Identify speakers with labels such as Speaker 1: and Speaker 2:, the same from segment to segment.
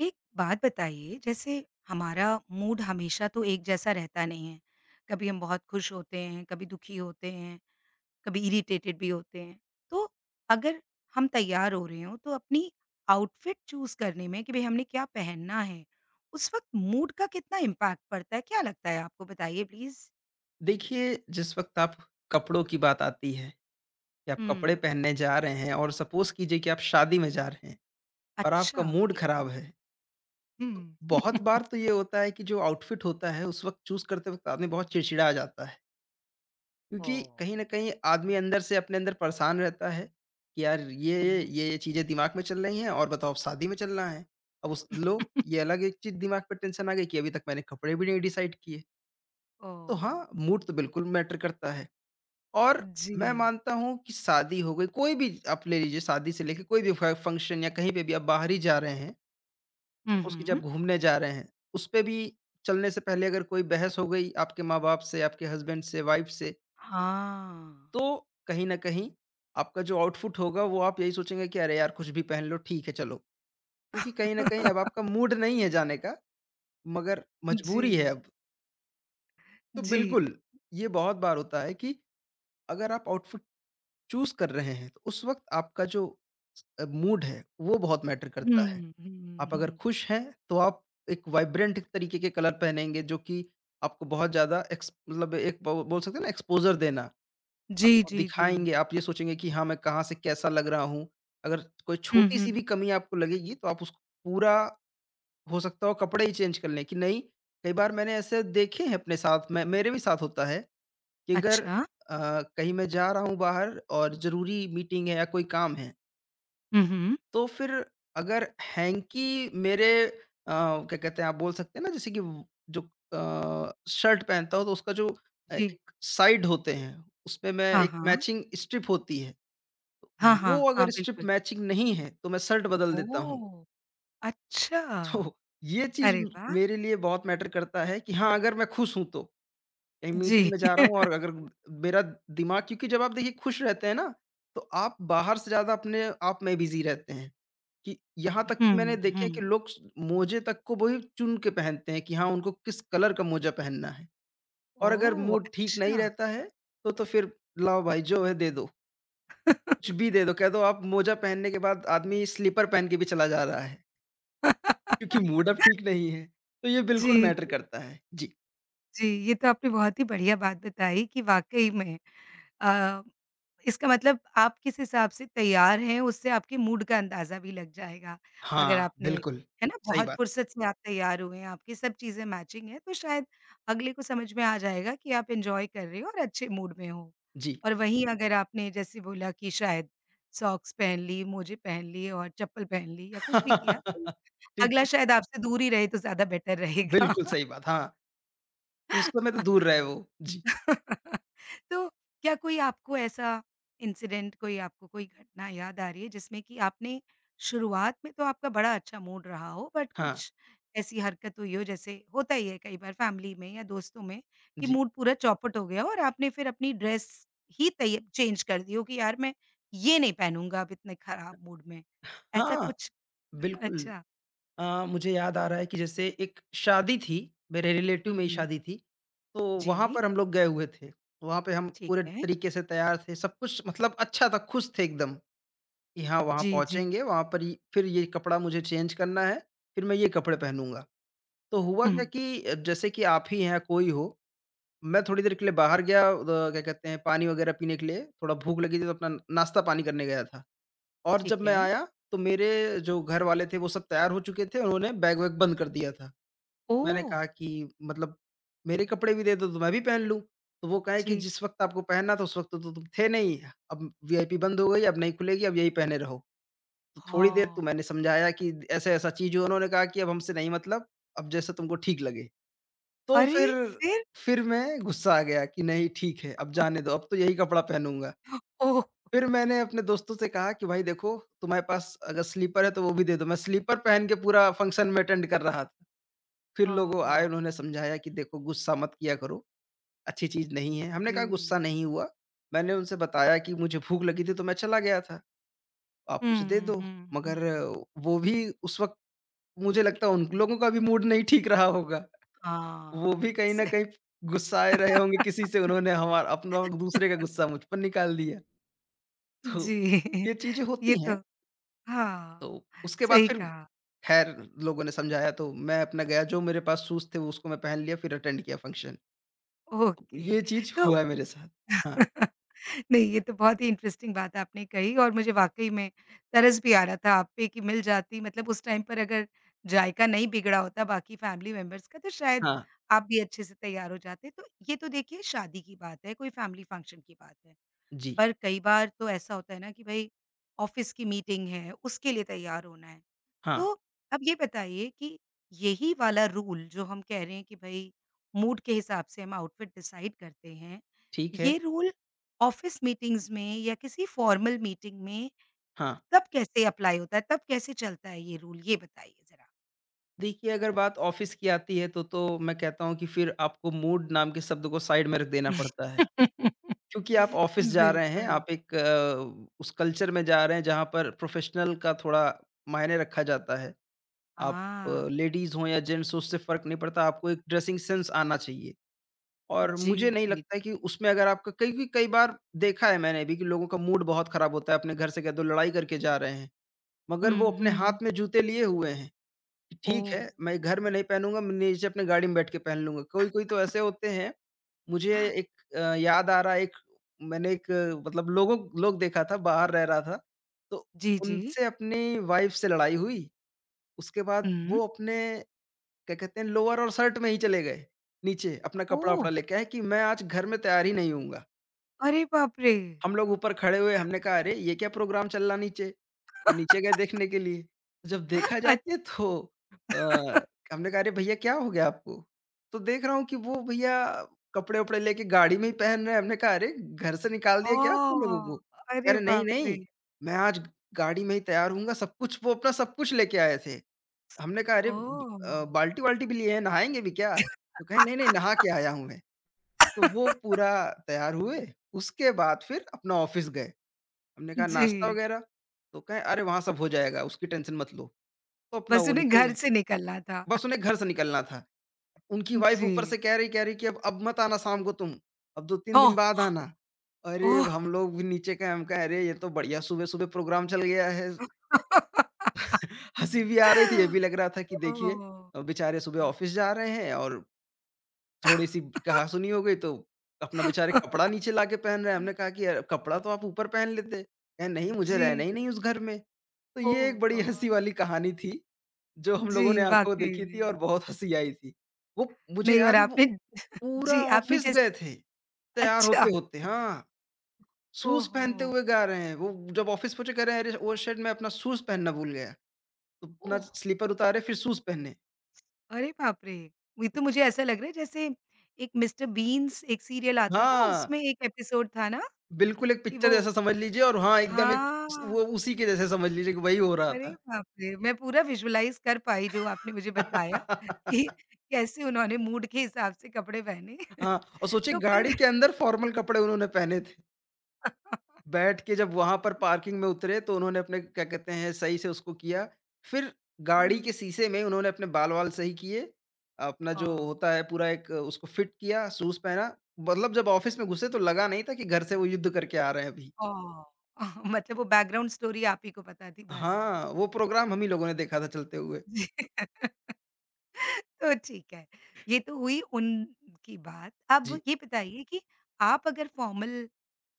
Speaker 1: एक बात बताइए, जैसे हमारा मूड हमेशा तो एक जैसा रहता नहीं है। कभी हम बहुत खुश होते हैं, कभी दुखी होते हैं, कभी इरिटेटेड भी होते हैं। तो अगर हम तैयार हो रहे हों, तो अपनी आउटफिट चूज़ करने में कि भई हमने क्या पहनना है, उस वक़्त मूड का कितना इम्पैक्ट पड़ता है? क्या लगता है आपको? बताइए प्लीज़।
Speaker 2: देखिए, जिस वक़्त आप कपड़ों की बात आती है कि आप कपड़े
Speaker 1: हुँ।
Speaker 2: पहनने जा रहे हैं और सपोज़ कीजिए कि आप शादी में जा रहे हैं और आपका
Speaker 1: अच्छा,
Speaker 2: मूड
Speaker 1: ठीक
Speaker 2: ख़राब
Speaker 1: है।
Speaker 2: है, तो
Speaker 1: हुँ।
Speaker 2: बहुत बार तो ये होता है कि जो आउटफिट होता है, उस वक़्त चूज़ करते वक़्त आदमी बहुत चिड़चिड़ा जाता है। क्योंकि
Speaker 1: ओह!
Speaker 2: कहीं न कहीं आदमी अंदर से अपने अंदर परेशान रहता है कि यार ये, ये,
Speaker 1: हुँ।
Speaker 2: ये चीज़ें दिमाग में चल रही हैं और बताओ अब शादी में चलना है। अब उस
Speaker 1: ओह!
Speaker 2: लो, ये अलग एक चीज़ दिमाग पे टेंशन आ गई कि अभी तक मैंने कपड़े भी नहीं डिसाइड किए। तो हाँ, मूड तो बिल्कुल मैटर करता है। और
Speaker 1: जी।
Speaker 2: मैं मानता हूँ कि शादी हो गई, कोई भी आप ले लीजिए शादी से लेके कोई भी फ फंक्शन या कहीं पे भी आप बाहर ही जा रहे हैं,
Speaker 1: हुँ,
Speaker 2: सपोज़ कि
Speaker 1: हुँ।
Speaker 2: जब घूमने जा रहे हैं, उस पे भी चलने से पहले अगर कोई बहस हो गई आपके माँ-बाप से, आपके हस्बैंड से, वाइफ़ से,
Speaker 1: हाँ।
Speaker 2: तो कहीं न कहीं आपका जो आउटपुट होगा वो आप यही सोचेंगे कि अरे यार! कुछ भी पहन लो ठीक है चलो। क्योंकि कहीं न कहीं अब आपका मूड नहीं है जाने का, मगर मजबूरी है
Speaker 1: जी,
Speaker 2: अब। तो
Speaker 1: जी।
Speaker 2: बिल्कुल, ये बहुत बार होता है कि अगर आप आउटफिट चूज़ कर रहे हैं, तो उस वक़्त आपका जो मूड है, वो बहुत मैटर करता है।
Speaker 1: हुँ, हुँ,
Speaker 2: आप अगर
Speaker 1: हुँ।
Speaker 2: खुश हैं, तो आप एक वाइब्रेंट तरीके के कलर पहनेंगे जो कि आपको बहुत ज़्यादा एक्स मतलब एक ब बोल सकते हैं ना एक्सपोज़र देना।
Speaker 1: जी,
Speaker 2: आपको
Speaker 1: जी, जी।
Speaker 2: दिखाएँगे, आप ये सोचेंगे कि हाँ, मैं कहाँ से कैसा लग रहा हूँ। अगर कोई
Speaker 1: हुँ,
Speaker 2: छोटी-सी
Speaker 1: हुँ।
Speaker 2: भी कमी आपको लगेगी, तो आप उसको पूरा हो सकता हो कपड़े ही चेंज कर लें कि नहीं, कई बार मैंने ऐसे देखे हैं अपने साथ में मेरे भी साथ होता है कि अगर
Speaker 1: अच्छा।
Speaker 2: अ, कहीं मैं जा रहा हूँ बाहर और ज़रूरी मीटिंग है या कोई काम है,
Speaker 1: हुँ, हुँ।
Speaker 2: तो फिर अगर हैंकी मेरे क्या कहते हैं, आप बोल सकते हैं ना जैसे कि व जो शर्ट पहनता हूँ तो उसका जो
Speaker 1: जी।
Speaker 2: एक साइड होते हैं, उसपे मैं
Speaker 1: हाँ,
Speaker 2: एक
Speaker 1: हाँ।
Speaker 2: मैचिंग स्ट्रिप होती है,
Speaker 1: हाँ, हाँ,
Speaker 2: वो
Speaker 1: हाँ,
Speaker 2: अगर स्ट्रिप
Speaker 1: बिल्कुल।
Speaker 2: मैचिंग नहीं है, तो मैं शर्ट बदल देता हूँ।
Speaker 1: ओह! अच्छा।
Speaker 2: तो ये चीज़
Speaker 1: अरे वाह!
Speaker 2: मेरे लिए बहुत मैटर करता है कि हाँ, अगर मैं खुश हूँ तो। कहीं
Speaker 1: जी।
Speaker 2: मीटिंग में जा रहा हूँ और अगर मेरा दिमाग क्योंकि जब आप देखिए खुश रहते हैं ना, तो आप बाहर से ज़्यादा अपने आप में बिज़ी रहते हैं, कि यहाँ तक कि मैंने
Speaker 1: हुँ,
Speaker 2: देखे कि
Speaker 1: हुँ।
Speaker 2: लोग स मोज़े तक को वही चुन के पहनते हैं कि हाँ, उनको किस कलर का मोज़ा पहनना है और अगर
Speaker 1: ओह!
Speaker 2: मूड ठीक नहीं
Speaker 1: अच्छा।
Speaker 2: रहता है, तो फिर लाओ भाई जो है दे दो, कुछ भी दे दो, कह दो आप मोज़ा पहनने के बाद आदमी स्लीपर पहन के भी चला जा रहा है, क्योंकि मूड अब ठीक नहीं है, तो ये बिल्कुल
Speaker 1: जी।
Speaker 2: मैटर करता है। जी।
Speaker 1: जी, ये तो आपने बहुत ही बढ़िया बात बताई कि वाक़ई में अ, इसका मतलब आप किस हिसाब से तैयार हैं, उससे आपके मूड का अंदाज़ा भी लग जाएगा। अगर
Speaker 2: हाँ,
Speaker 1: आपने
Speaker 2: बिल्कुल,
Speaker 1: है ना,
Speaker 2: सही
Speaker 1: बहुत
Speaker 2: बात।
Speaker 1: फ़ुर्सत से आप तैयार हुए हैं, आपकी सब चीज़ें मैचिंग हैं, तो शायद अगले को समझ में आ जाएगा कि आप एन्जॉय कर रहे हो और अच्छे मूड में हो।
Speaker 2: जी।
Speaker 1: और वहीं अगर आपने जैसे बोला कि शायद सॉक्स पहन ली, मोज़े पहन लिए और चप्पल पहन ली या कुछ भी किया, तो
Speaker 2: ठीक
Speaker 1: अगला
Speaker 2: है,
Speaker 1: शायद आपसे दूर ही रहे तो ज़्यादा बेटर रहेगा।
Speaker 2: बिल्कुल सही बात, हाँ, उस समय तो दूर रहे वो। जी,
Speaker 1: तो क्या कोई आपको ऐसा इंसिडेंट कोई आपको कोई घटना याद आ रही है जिसमें कि आपने शुरुआत में तो आपका बड़ा अच्छा मूड रहा हो, बट
Speaker 2: हाँ,
Speaker 1: कुछ ऐसी हरकत हुई हो जैसे होता ही है कई बार फैमिली में या दोस्तों में कि
Speaker 2: जी,
Speaker 1: मूड पूरा चौपट हो गया हो और आपने फिर अपनी ड्रेस ही चेंज कर दी हो कि यार मैं ये नहीं पहनूंगा अब इतने खराब मूड में, ऐसा
Speaker 2: हाँ,
Speaker 1: कुछ?
Speaker 2: बिल्कुल।
Speaker 1: अच्छा।
Speaker 2: मुझे याद आ रहा है कि जैसे एक शादी थी, मेरे रिलेटिव में ही
Speaker 1: हम्म।
Speaker 2: शादी थी, तो वहाँ
Speaker 1: जी।
Speaker 2: पर हम लोग गए हुए थे। वहाँ पे हम
Speaker 1: ठीक
Speaker 2: पूरे
Speaker 1: है।
Speaker 2: तरीके से तैयार थे, सब कुछ मतलब अच्छा था, खुश थे एकदम कि हाँ, वहाँ
Speaker 1: जी, जी।
Speaker 2: पहुँचेंगे, वहाँ पर ये फिर ये कपड़ा मुझे चेंज करना है, फिर मैं ये कपड़े पहनूँगा। तो हुआ
Speaker 1: हम्म,
Speaker 2: क्या कि जैसे कि आप ही हैं या कोई हो मैं थोड़ी देर के लिए बाहर गया क्या कहते हैं पानी वगैरह पीने के लिए, थोड़ा भूख लगी थी तो अपना नाश्ता पानी करने गया था और जब
Speaker 1: ठीक
Speaker 2: मैं
Speaker 1: है।
Speaker 2: आया तो मेरे जो घर वाले थे वो सब तैयार हो चुके थे, उन्होंने बैग वैग बंद कर दिया था।
Speaker 1: ओ।
Speaker 2: मैंने कहा कि मतलब मेरे कपड़े भी दे दो तो मैं भी पहन लूँ। तो वो कहे कि
Speaker 1: जी।
Speaker 2: जिस वक़्त आपको पहनना था उस वक़्त तो तुम थे नहीं, अब वीआईपी बंद हो गई, अब नहीं खुलेगी, अब यही पहने रहो। तो थोड़ी देर तो
Speaker 1: हाँ।
Speaker 2: मैंने समझाया कि ऐसा-ऐसा चीज़ है, उन्होंने कहा कि अब हमसे नहीं मतलब, अब जैसा तुमको ठीक लगे। तो
Speaker 1: अरे!
Speaker 2: फिर
Speaker 1: फिर?
Speaker 2: फिर मैं गुस्सा आ गया कि नहीं ठीक है, अब जाने दो, अब तो यही कपड़ा पहनूँगा।
Speaker 1: ओह!
Speaker 2: फिर मैंने अपने दोस्तों से कहा कि भाई देखो, तुम्हारे पास अगर स्लीपर है तो वो भी दे दो। मैं स्लीपर पहन के पूरा फंक्शन में अटेंड कर रहा था। फिर लोग आए
Speaker 1: हाँ,
Speaker 2: उन्होंने समझाया कि देखो गुस्सा मत किया करो, अच्छी चीज़ नहीं है। हमने कहा
Speaker 1: जी।
Speaker 2: गुस्सा नहीं हुआ। मैंने उनसे बताया कि मुझे भूख लगी थी तो मैं चला गया था, आप मुझे दे
Speaker 1: हुँ,
Speaker 2: दो।
Speaker 1: हुँ,
Speaker 2: मगर
Speaker 1: हुँ।
Speaker 2: वो भी उस वक़्त मुझे लगता है उन लोगों का भी मूड नहीं ठीक रहा होगा। वो
Speaker 1: हाँ,
Speaker 2: भी कहीं न
Speaker 1: सही।
Speaker 2: कहीं गुस्साए रहे होंगे किसी से उन्होंने हमारा अपना दूसरे का गुस्सा मुझ पर निकाल दिया। तो
Speaker 1: जी,
Speaker 2: ये चीज़ें
Speaker 1: ये
Speaker 2: होती हैं।
Speaker 1: तो हाँ,
Speaker 2: तो उसके बाद
Speaker 1: सही
Speaker 2: फिर
Speaker 1: कहा।
Speaker 2: ख़ैर लोगों ने समझाया तो मैं अपना गया जो मेरे पास शूज़ थे वो उसको मैं पहन लिया फिर अटेंड किया फ़ंक्शन।
Speaker 1: ओके,
Speaker 2: ये चीज़
Speaker 1: तो
Speaker 2: हुआ है मेरे साथ। हाँ,
Speaker 1: नहीं, ये तो बहुत ही इंटरेस्टिंग बात आपने कही और मुझे वाक़ई में तरस भी आ रहा था आप पे कि मिल जाती मतलब उस टाइम पर अगर जायका नहीं बिगड़ा होता बाकी फैमिली मेंबर्स का, तो शायद
Speaker 2: हाँ,
Speaker 1: आप भी अच्छे से तैयार हो जाते। तो ये तो देखिए शादी की बात है, कोई फैमिली फंक्शन की बात है।
Speaker 2: जी,
Speaker 1: पर कई बार तो ऐसा होता है ना कि भई ऑफ़िस की मीटिंग है, उसके लिए तैयार होना है।
Speaker 2: हाँ,
Speaker 1: तो अब ये बताइए कि यही वाला रूल जो हम कह रहे हैं कि भई मूड के हिसाब से हम आउटफिट डिसाइड करते हैं,
Speaker 2: ठीक है,
Speaker 1: ये रूल ऑफ़िस मीटिंग्स में या किसी फ़ॉर्मल मीटिंग में
Speaker 2: हाँ।
Speaker 1: तब कैसे अप्लाई होता है, तब कैसे चलता है ये रूल? ये बताइए ज़रा?
Speaker 2: देखिए अगर बात ऑफ़िस की आती है तो मैं कहता हूँ कि फिर आपको मूड नाम के शब्द को साइड में रख देना पड़ता है। क्योंकि आप ऑफ़िस जा रहे हैं,
Speaker 1: बिल्कुल।
Speaker 2: आप एक उस कल्चर में जा रहे हैं जहाँ पर प्रोफ़ेशनल का थोड़ा मायने रखा जाता है। आप
Speaker 1: हाँ।
Speaker 2: लेडीज़ हो या जेंट्स हो उससे फ़र्क नहीं पड़ता, आपको एक ड्रेसिंग सेंस आना चाहिए। और
Speaker 1: जी,
Speaker 2: मुझे नहीं
Speaker 1: जी, जी।
Speaker 2: लगता है कि उसमें अगर आपका कई बार देखा है मैंने भी कि लोगों का मूड बहुत ख़राब होता है, अपने घर से कह दो लड़ाई करके जा रहे हैं, मगर
Speaker 1: हुँ,
Speaker 2: वो अपने
Speaker 1: हुँ।
Speaker 2: हाथ में जूते लिए हुए हैं, कि ठीक
Speaker 1: ओह!
Speaker 2: है, मैं घर में नहीं पहनूँगा, मैं नीचे अपने गाड़ी में बैठ के पहन लूँगा। कोई-कोई तो ऐसे होते हैं मुझे एक याद आ रहा है एक मैंने एक मतलब लोग देखा था, बाहर रह रहा था, तो
Speaker 1: जी, जी।
Speaker 2: उनसे अपनी वाइफ़ से लड़ाई हुई, उसके बाद
Speaker 1: हुँ।
Speaker 2: वो अपने क्या कहते हैं लोअर और शर्ट में ही चले गए, नीचे अपना
Speaker 1: ओह!
Speaker 2: कपड़ा-वपड़ा लेके आए कि मैं आज घर में तैयार ही नहीं होऊँगा।
Speaker 1: अरे बाप रे!
Speaker 2: हम लोग ऊपर खड़े हुए, हमने कहा अरे! ये क्या प्रोग्राम चल रहा नीचे? तो नीचे गए देखने के लिए। जब देखा जाके तो
Speaker 1: अच्छा।
Speaker 2: अ, हमने कहा, "अरे भैया क्या हो गया आपको?" तो देख रहा हूँ कि वो भैया कपड़े-वपड़े लेके गाड़ी में ही पहन रहे हैं। हमने कहा, "अरे! घर से निकाल दिया क्या आपको
Speaker 1: ओह!
Speaker 2: लोगों को?" कह
Speaker 1: अरे
Speaker 2: रहे, "नहीं,
Speaker 1: बाप रे!
Speaker 2: नहीं, मैं आज गाड़ी में ही तैयार होऊँगा।" सब कुछ वो अपना सब कुछ लेके आए थे। हमने कहा, "अरे! ब
Speaker 1: ओह!
Speaker 2: बाल्टी-वाल्टी भी लिए हैं, नहाएँगे भी क्या?" तो कहे, "नहीं, नहीं, नहा के आया हूँ मैं।" तो वो पूरा तैयार हुए, उसके बाद फिर अपना ऑफ़िस गए। हमने कहा नाश्ता
Speaker 1: जी,
Speaker 2: वगैरह? तो कहें अरे वहाँ सब हो जाएगा, उसकी टेंशन मत लो। तो अपना
Speaker 1: बस
Speaker 2: वो
Speaker 1: उन्हें
Speaker 2: निकल
Speaker 1: घर
Speaker 2: गए।
Speaker 1: से निकलना था।
Speaker 2: बस उन्हें घर से निकलना था। उनकी वाइफ़
Speaker 1: जी।
Speaker 2: ऊपर से कह रही कि अब मत आना शाम को तुम, अब 2-3 दिन
Speaker 1: ओह!
Speaker 2: बाद आना। अरे
Speaker 1: ओह!
Speaker 2: हम लोग भी नीचे गए, हम कहे अरे ये तो बढ़िया सुबह-सुबह प्रोग्राम चल गया है। हँसी भी आ
Speaker 1: ओह!
Speaker 2: रही थी, ये भी लग रहा था कि देखिए बेचारे सुबह ऑफ़िस जा रहे हैं और थोड़ी-सी कहा-सुनी हो गई तो अपना बेचारे कपड़ा नीचे लाके पहन रहे हैं। हमने कहा कि कपड़ा तो आप ऊपर पहन लेते। कहे नहीं मुझे रहना
Speaker 1: जी,
Speaker 2: ही नहीं उस घर में। तो
Speaker 1: ओह
Speaker 2: ये एक बड़ी हँसी
Speaker 1: गॉड!
Speaker 2: वाली कहानी थी, जो हम
Speaker 1: जी,
Speaker 2: लोगों ने आँखों
Speaker 1: वाक़ई
Speaker 2: देखी थी
Speaker 1: में।
Speaker 2: और बहुत हँसी आई थी। वो मुझे
Speaker 1: नहीं, और
Speaker 2: याद है वो
Speaker 1: आपने,
Speaker 2: पूरा
Speaker 1: जी, आपने
Speaker 2: ऑफ़िस
Speaker 1: जैस
Speaker 2: गए थे, तैयार
Speaker 1: अच्छा,
Speaker 2: होते-होते हाँ,
Speaker 1: ओह
Speaker 2: शूज़
Speaker 1: हो!
Speaker 2: पहनते हुए गा रहे हैं। वो जब ऑफ़िस पहुँचे कह रहे हैं अरे! वो शिट मैं अपना शूज़ पहनना भूल गया। तो अपना
Speaker 1: ओह!
Speaker 2: स्लीपर उतारे फिर शूज़ पहने।
Speaker 1: अरे बाप रे! ये तो मुझे ऐसा लग रहा है जैसे एक मिस्टर बीन्स एक सीरियल आता था,
Speaker 2: हाँ।
Speaker 1: उसमें एक एपिसोड था ना
Speaker 2: बिल्कुल, एक
Speaker 1: कि
Speaker 2: पिक्चर
Speaker 1: वो
Speaker 2: जैसा समझ लीजिए और हाँ, एकदम एक
Speaker 1: हाँ,
Speaker 2: स वो उसी के जैसे समझ लीजिए कि वही हो रहा
Speaker 1: अरे
Speaker 2: था।
Speaker 1: बाप रे! मैं पूरा विजुअलाइज़ कर पाई जो आपने मुझे बताया कि कैसे उन्होंने मूड के हिसाब से कपड़े पहने।
Speaker 2: हाँ, और सोचिए
Speaker 1: तो
Speaker 2: गाड़ी
Speaker 1: फिर
Speaker 2: के अंदर फॉर्मल कपड़े उन्होंने पहने थे। बैठ के जब वहाँ पर पार्किंग में उतरे तो उन्होंने अपने क्या कहते हैं सही से उसको किया। फिर
Speaker 1: हुँ,
Speaker 2: गाड़ी के शीशे में उन्होंने अपने बाल-वाल सही किए। अपना जो
Speaker 1: ओह!
Speaker 2: होता है पूरा एक उसको फिट किया, शूज़ पहना। मतलब जब ऑफ़िस में घुसे तो लगा नहीं था कि घर से वो युद्ध करके आ रहे हैं अभी।
Speaker 1: ओह! मतलब वो बैकग्राउंड स्टोरी आप ही को पता थी बस।
Speaker 2: हाँ, वो प्रोग्राम हम ही लोगों ने देखा था चलते हुए।
Speaker 1: जी। तो ठीक है, ये तो हुई उनकी बात। अब
Speaker 2: जी।
Speaker 1: ये बताइए कि आप अगर फॉर्मल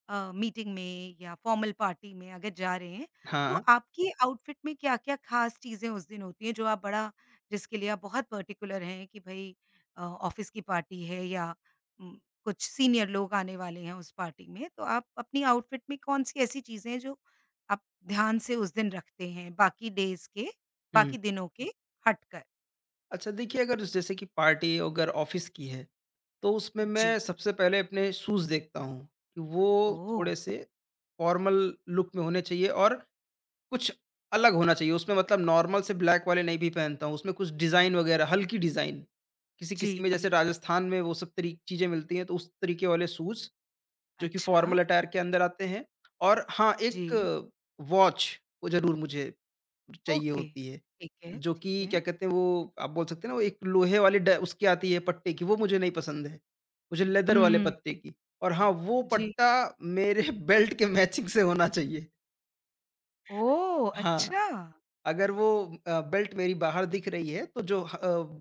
Speaker 1: मीटिंग में या फॉर्मल पार्टी में अगर जा रहे हैं, तो
Speaker 2: हाँ।
Speaker 1: आपकी आउटफिट में क्या-क्या खास चीज़ें उस दिन होती हैं जो आप बड़ा जिसके लिए आप बहुत पर्टिकुलर हैं कि भई ऑफ़िस की पार्टी है या उम, कुछ सीनियर लोग आने वाले हैं उस पार्टी में, तो आप अपनी आउटफिट में कौन-सी ऐसी चीज़ें हैं जो आप ध्यान से उस दिन रखते हैं, बाकी डेज़ के
Speaker 2: हुँ।
Speaker 1: बाकी दिनों के हटकर?
Speaker 2: अच्छा देखिए, अगर उस- जैसे कि पार्टी अगर ऑफ़िस की है, तो उसमें मैं
Speaker 1: जी।
Speaker 2: सबसे पहले अपने शूज़ देखता हूँ कि वो
Speaker 1: ओह!
Speaker 2: थोड़े-से फ़ॉर्मल लुक में होने चाहिए और कुछ अलग होना चाहिए। उसमें मतलब नॉर्मल से ब्लैक वाले नहीं भी पहनता हूँ, उसमें कुछ डिज़ाइन वगैरह, हल्की डिज़ाइन।
Speaker 1: जी,
Speaker 2: किसी-किसी में जैसे
Speaker 1: जी।
Speaker 2: राजस्थान में वो सब तरी चीज़ें मिलती हैं, तो उस तरीके वाले शूज़ जो कि
Speaker 1: अच्छा,
Speaker 2: फ़ॉर्मल अटायर के अंदर आते हैं और हाँ,
Speaker 1: जी,
Speaker 2: एक वॉच वो ज़रूर मुझे चाहिए
Speaker 1: ओके।
Speaker 2: होती है।
Speaker 1: ठीक है,
Speaker 2: जो कि
Speaker 1: ठीक
Speaker 2: क्या
Speaker 1: है।
Speaker 2: कहते हैं वो आप बोल सकते हैं ना वो एक लोहे वाली ड उसकी आती है पट्टे की, वो मुझे नहीं पसंद है। मुझे लेदर वाले
Speaker 1: हुँ,
Speaker 2: पत्ते की और हाँ, वो
Speaker 1: जी।
Speaker 2: पट्टा मेरे बेल्ट के मैचिंग से होना चाहिए।
Speaker 1: ओह!
Speaker 2: हाँ,
Speaker 1: अच्छा।
Speaker 2: अगर वो बेल्ट मेरी बाहर दिख रही है तो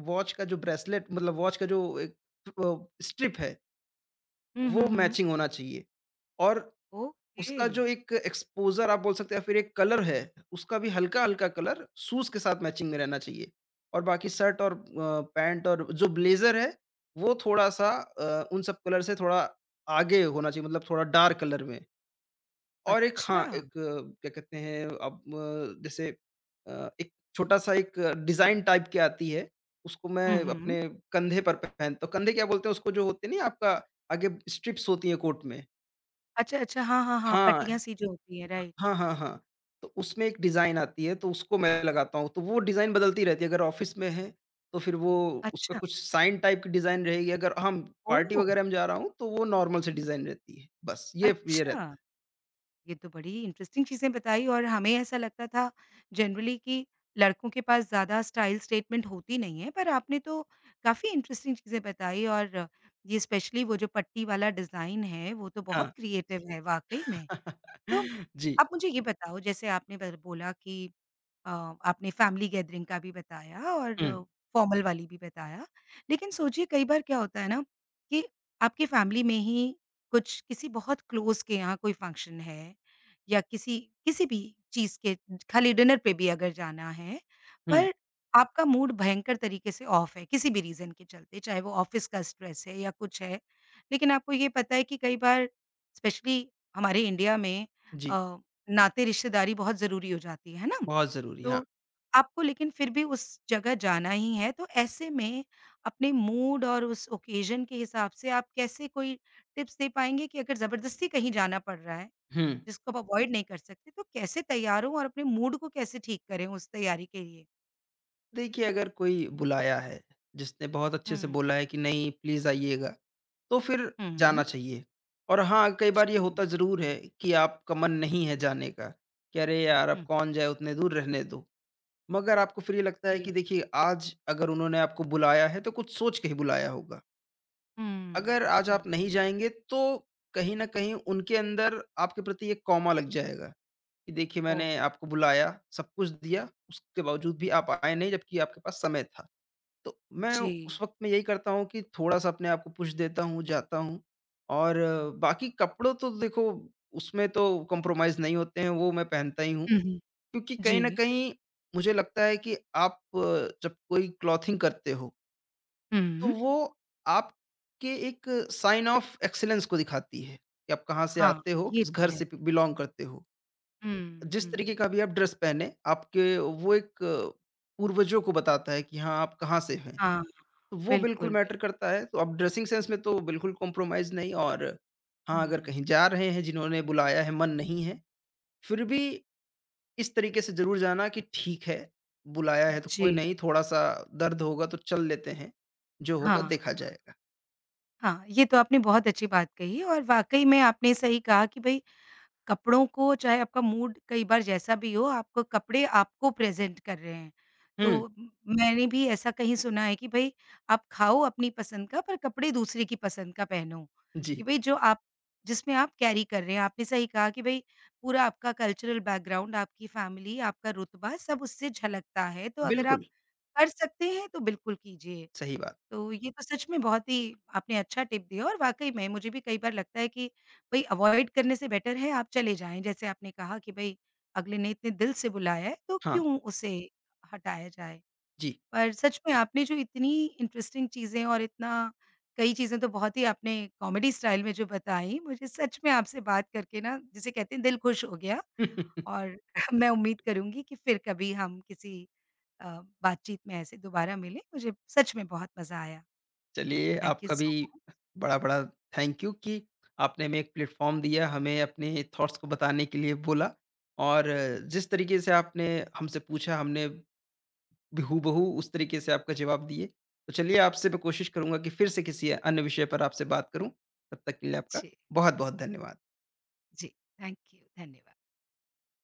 Speaker 2: वॉच का जो ब्रेसलेट मतलब वॉच का जो एक स्ट्रिप है,
Speaker 1: हुँ,
Speaker 2: वो
Speaker 1: हुँ, हुँ।
Speaker 2: मैचिंग होना चाहिए और
Speaker 1: ओके,
Speaker 2: उसका जो एक एक्सपोज़र आप बोल सकते हैं या फिर एक कलर है, उसका भी हल्का-हल्का कलर शूज़ के साथ मैचिंग में रहना चाहिए। और बाकी शर्ट और पैंट और जो ब्लेज़र है, वो थोड़ा-सा उन सब कलर से थोड़ा आगे होना चाहिए मतलब थोड़ा डार्क कलर में। और एक हाँ,
Speaker 1: अच्छा।
Speaker 2: क्या कहते हैं जैसे एक छोटा-सा एक डिज़ाइन टाइप की आती है, उसको मैं
Speaker 1: हुँ, हुँ।
Speaker 2: अपने कंधे पर पहनता हूँ। कंधे क्या बोलते हैं उसको जो होते नहीं आपका आगे स्ट्रिप्स होती है कोट में।
Speaker 1: अच्छा, अच्छा, हाँ, हाँ, हाँ,
Speaker 2: हाँ।
Speaker 1: पट्टियाँ सी जो होती हैं, राइट।
Speaker 2: हाँ, हाँ, हाँ। तो उसमें एक डिज़ाइन आती है तो उसको मैं लगाता हूँ, तो वो डिज़ाइन बदलती रहती है। अगर ऑफ़िस में हैं तो फिर वो उसका
Speaker 1: अच्छा,
Speaker 2: कुछ साइन टाइप की डिज़ाइन रहेगी, अगर हम पार्टी
Speaker 1: ओह!
Speaker 2: वग़ैरह में जा रहा हूँ तो वो नॉर्मल सी डिज़ाइन रहती है। बस ये
Speaker 1: अच्छा।
Speaker 2: रहता है।
Speaker 1: ये तो बड़ी इंटरेस्टिंग चीज़ें बताई और हमें ऐसा लगता था जनरली कि लड़कों के पास ज़्यादा स्टाइल स्टेटमेंट होती नहीं है, पर आपने तो काफ़ी इंटरेस्टिंग चीज़ें बताई और ये स्पेशली वो जो पट्टी वाला डिज़ाइन है, वो तो बहुत
Speaker 2: हाँ।
Speaker 1: क्रिएटिव है वाक़ई में। तो
Speaker 2: जी।
Speaker 1: आप मुझे ये बताओ, जैसे आपने बर बोला कि अ, आपने फैमिली गैदरिंग का भी बताया और
Speaker 2: हुँ,
Speaker 1: फॉर्मल वाली भी बताया। लेकिन सोचिए कई बार क्या होता है ना कि आपकी फैमिली में ही कुछ किसी बहुत क्लोज़ के यहाँ कोई फंक्शन है या किसी किसी भी चीज़ के खाली डिनर पे भी अगर जाना है,
Speaker 2: हुँ।
Speaker 1: पर आपका मूड भयंकर तरीके से ऑफ है किसी भी रीज़न के चलते, चाहे वो ऑफ़िस का स्ट्रेस है या कुछ है। लेकिन आपको ये पता है कि कई बार स्पेशली हमारे इंडिया में
Speaker 2: जी,
Speaker 1: अ, नाते रिश्तेदारी बहुत ज़रूरी हो जाती है ना?
Speaker 2: बहुत ज़रूरी, हाँ।
Speaker 1: तो आपको लेकिन फिर भी उस जगह जाना ही है, तो ऐसे में अपने मूड और उस ओकेज़न के हिसाब से आप कैसे कोई टिप्स दे पाएँगे कि अगर ज़बरदस्ती कहीं जाना पड़ रहा है,
Speaker 2: हुँ।
Speaker 1: जिसको आप अवॉइड नहीं कर सकते, तो कैसे तैयार हों और अपने मूड को कैसे ठीक करें उस तैयारी के लिए?
Speaker 2: देखिए अगर कोई बुलाया है, जिसने बहुत अच्छे से
Speaker 1: हुँ,
Speaker 2: बोला है कि नहीं प्लीज़ आइएगा तो फिर जाना
Speaker 1: हुँ,
Speaker 2: चाहिए। और हाँ, कई
Speaker 1: जी,
Speaker 2: बार ये होता ज़रूर है कि आपका मन नहीं है जाने का, कि अरे यार! अब
Speaker 1: हुँ।
Speaker 2: कौन जाए उतने दूर रहने दो। मगर आपको फिर ये लगता है कि
Speaker 1: जी,
Speaker 2: देखिए आज अगर उन्होंने आपको बुलाया है तो कुछ सोच के ही बुलाया होगा। अगर
Speaker 1: हुँ,
Speaker 2: आज आप
Speaker 1: हुँ,
Speaker 2: नहीं जाएँगे तो कहीं न कहीं उनके अंदर आपके प्रति एक कौमा लग जाएगा, कि देखिए मैंने
Speaker 1: ओह!
Speaker 2: आपको बुलाया, सब कुछ दिया, उसके बावजूद भी आप आए नहीं जबकि आपके पास समय था। तो मैं
Speaker 1: जी।
Speaker 2: उस वक़्त में यही करता हूँ कि थोड़ा-सा अपने आप को पुश देता हूँ, जाता हूँ और बाकी कपड़ों तो देखो उसमें तो कॉम्प्रोमाइज़ नहीं होते हैं, वो मैं पहनता ही हूँ।
Speaker 1: हुँ, हुँ।
Speaker 2: क्योंकि
Speaker 1: जी,
Speaker 2: कहीं न कहीं मुझे लगता है कि जब कोई क्लॉथिंग करते हो, तो
Speaker 1: हुँ।
Speaker 2: वो आपके एक साइन ऑफ एक्सीलेंस को दिखाती है कि आप कहाँ से
Speaker 1: हाँ,
Speaker 2: आते हो,
Speaker 1: ये
Speaker 2: किस
Speaker 1: तो
Speaker 2: घर
Speaker 1: है।
Speaker 2: से ब बिलॉन्ग करते हो।
Speaker 1: हुँ,
Speaker 2: जिस
Speaker 1: हुँ।
Speaker 2: तरीके का भी आप ड्रेस पहने, आपके पूर्वजों को बताता है कि हाँ, आप कहाँ से हैं।
Speaker 1: हाँ,
Speaker 2: तो वो बिल्कुल
Speaker 1: बिल्कुल, बिल्कुल।
Speaker 2: मैटर करता है, तो अब ड्रेसिंग सेंस में तो बिल्कुल कॉम्प्रोमाइज़ नहीं और हाँ,
Speaker 1: हुँ,
Speaker 2: अगर कहीं जा रहे हैं जिन्होंने बुलाया है, मन नहीं है, फिर भी इस तरीके से ज़रूर जाना कि ठीक है, बुलाया है तो कोई
Speaker 1: जी।
Speaker 2: नहीं, थोड़ा-सा दर्द होगा तो चल लेते हैं, जो
Speaker 1: हाँ,
Speaker 2: होगा देखा जाएगा।
Speaker 1: हाँ, ये तो आपने बहुत अच्छी बात कही और वाक़ई में आपने सही कहा कि भई कपड़ों को चाहे आपका मूड कई बार जैसा भी हो, आपको कपड़े आपको प्रेज़ेंट कर रहे हैं।
Speaker 2: हुँ,
Speaker 1: तो म मैंने भी ऐसा कहीं सुना है कि भई आप खाओ अपनी पसंद का पर कपड़े दूसरे की पसंद का पहनो, कि
Speaker 2: जी,
Speaker 1: भई जो आप जिसमें आप कैरी कर रहे हैं। आपने सही कहा कि भई पूरा आपका कल्चरल बैकग्राउंड, आपकी फ़ैमिली, आपका रुतबा सब उससे झलकता है, तो अगर आप
Speaker 2: बिल्कुल,
Speaker 1: कर सकते हैं तो बिल्कुल कीजिए।
Speaker 2: सही बात।
Speaker 1: तो ये तो सच में बहुत ही आपने अच्छा टिप दिया और वाक़ई में मुझे भी कई बार लगता है कि भई अवॉइड करने से बेटर है आप चले जाएँ। जैसे आपने कहा कि भई अगले ने इतने दिल से बुलाया है तो
Speaker 2: हाँ,
Speaker 1: क्यों उसे हटाया जाए।
Speaker 2: जी।
Speaker 1: पर सच में आपने जो इतनी इंटरेस्टिंग चीज़ें और इतना कई चीज़ें तो बहुत ही आपने कॉमेडी स्टाइल में जो बताई, मुझे सच में आपसे बात करके ना जिसे कहते हैं दिल खुश हो गया और मैं उम्मीद करूँगी कि फिर कभी हम किसी बातचीत में ऐसे दोबारा मिलें। मुझे सच में बहुत मज़ा आया। Oh,
Speaker 2: चलिए,
Speaker 1: thank you
Speaker 2: आपका भी
Speaker 1: so much.
Speaker 2: बड़ा-बड़ा थैंक यू कि आपने हमें एक प्लेटफ़ॉर्म दिया, हमें अपने थॉट्स को बताने के लिए बोला और जिस तरीके से आपने हमसे पूछा, हमने भी हूबहू उस तरीके से आपका जवाब दिए। तो चलिए, आपसे मैं कोशिश करूँगा कि फिर से किसी अन्य विषय पर आपसे बात करूँ। तब तक के लिए आपका
Speaker 1: Jee,
Speaker 2: बहुत-बहुत धन्यवाद।
Speaker 1: jee, thank you. Thank you very much.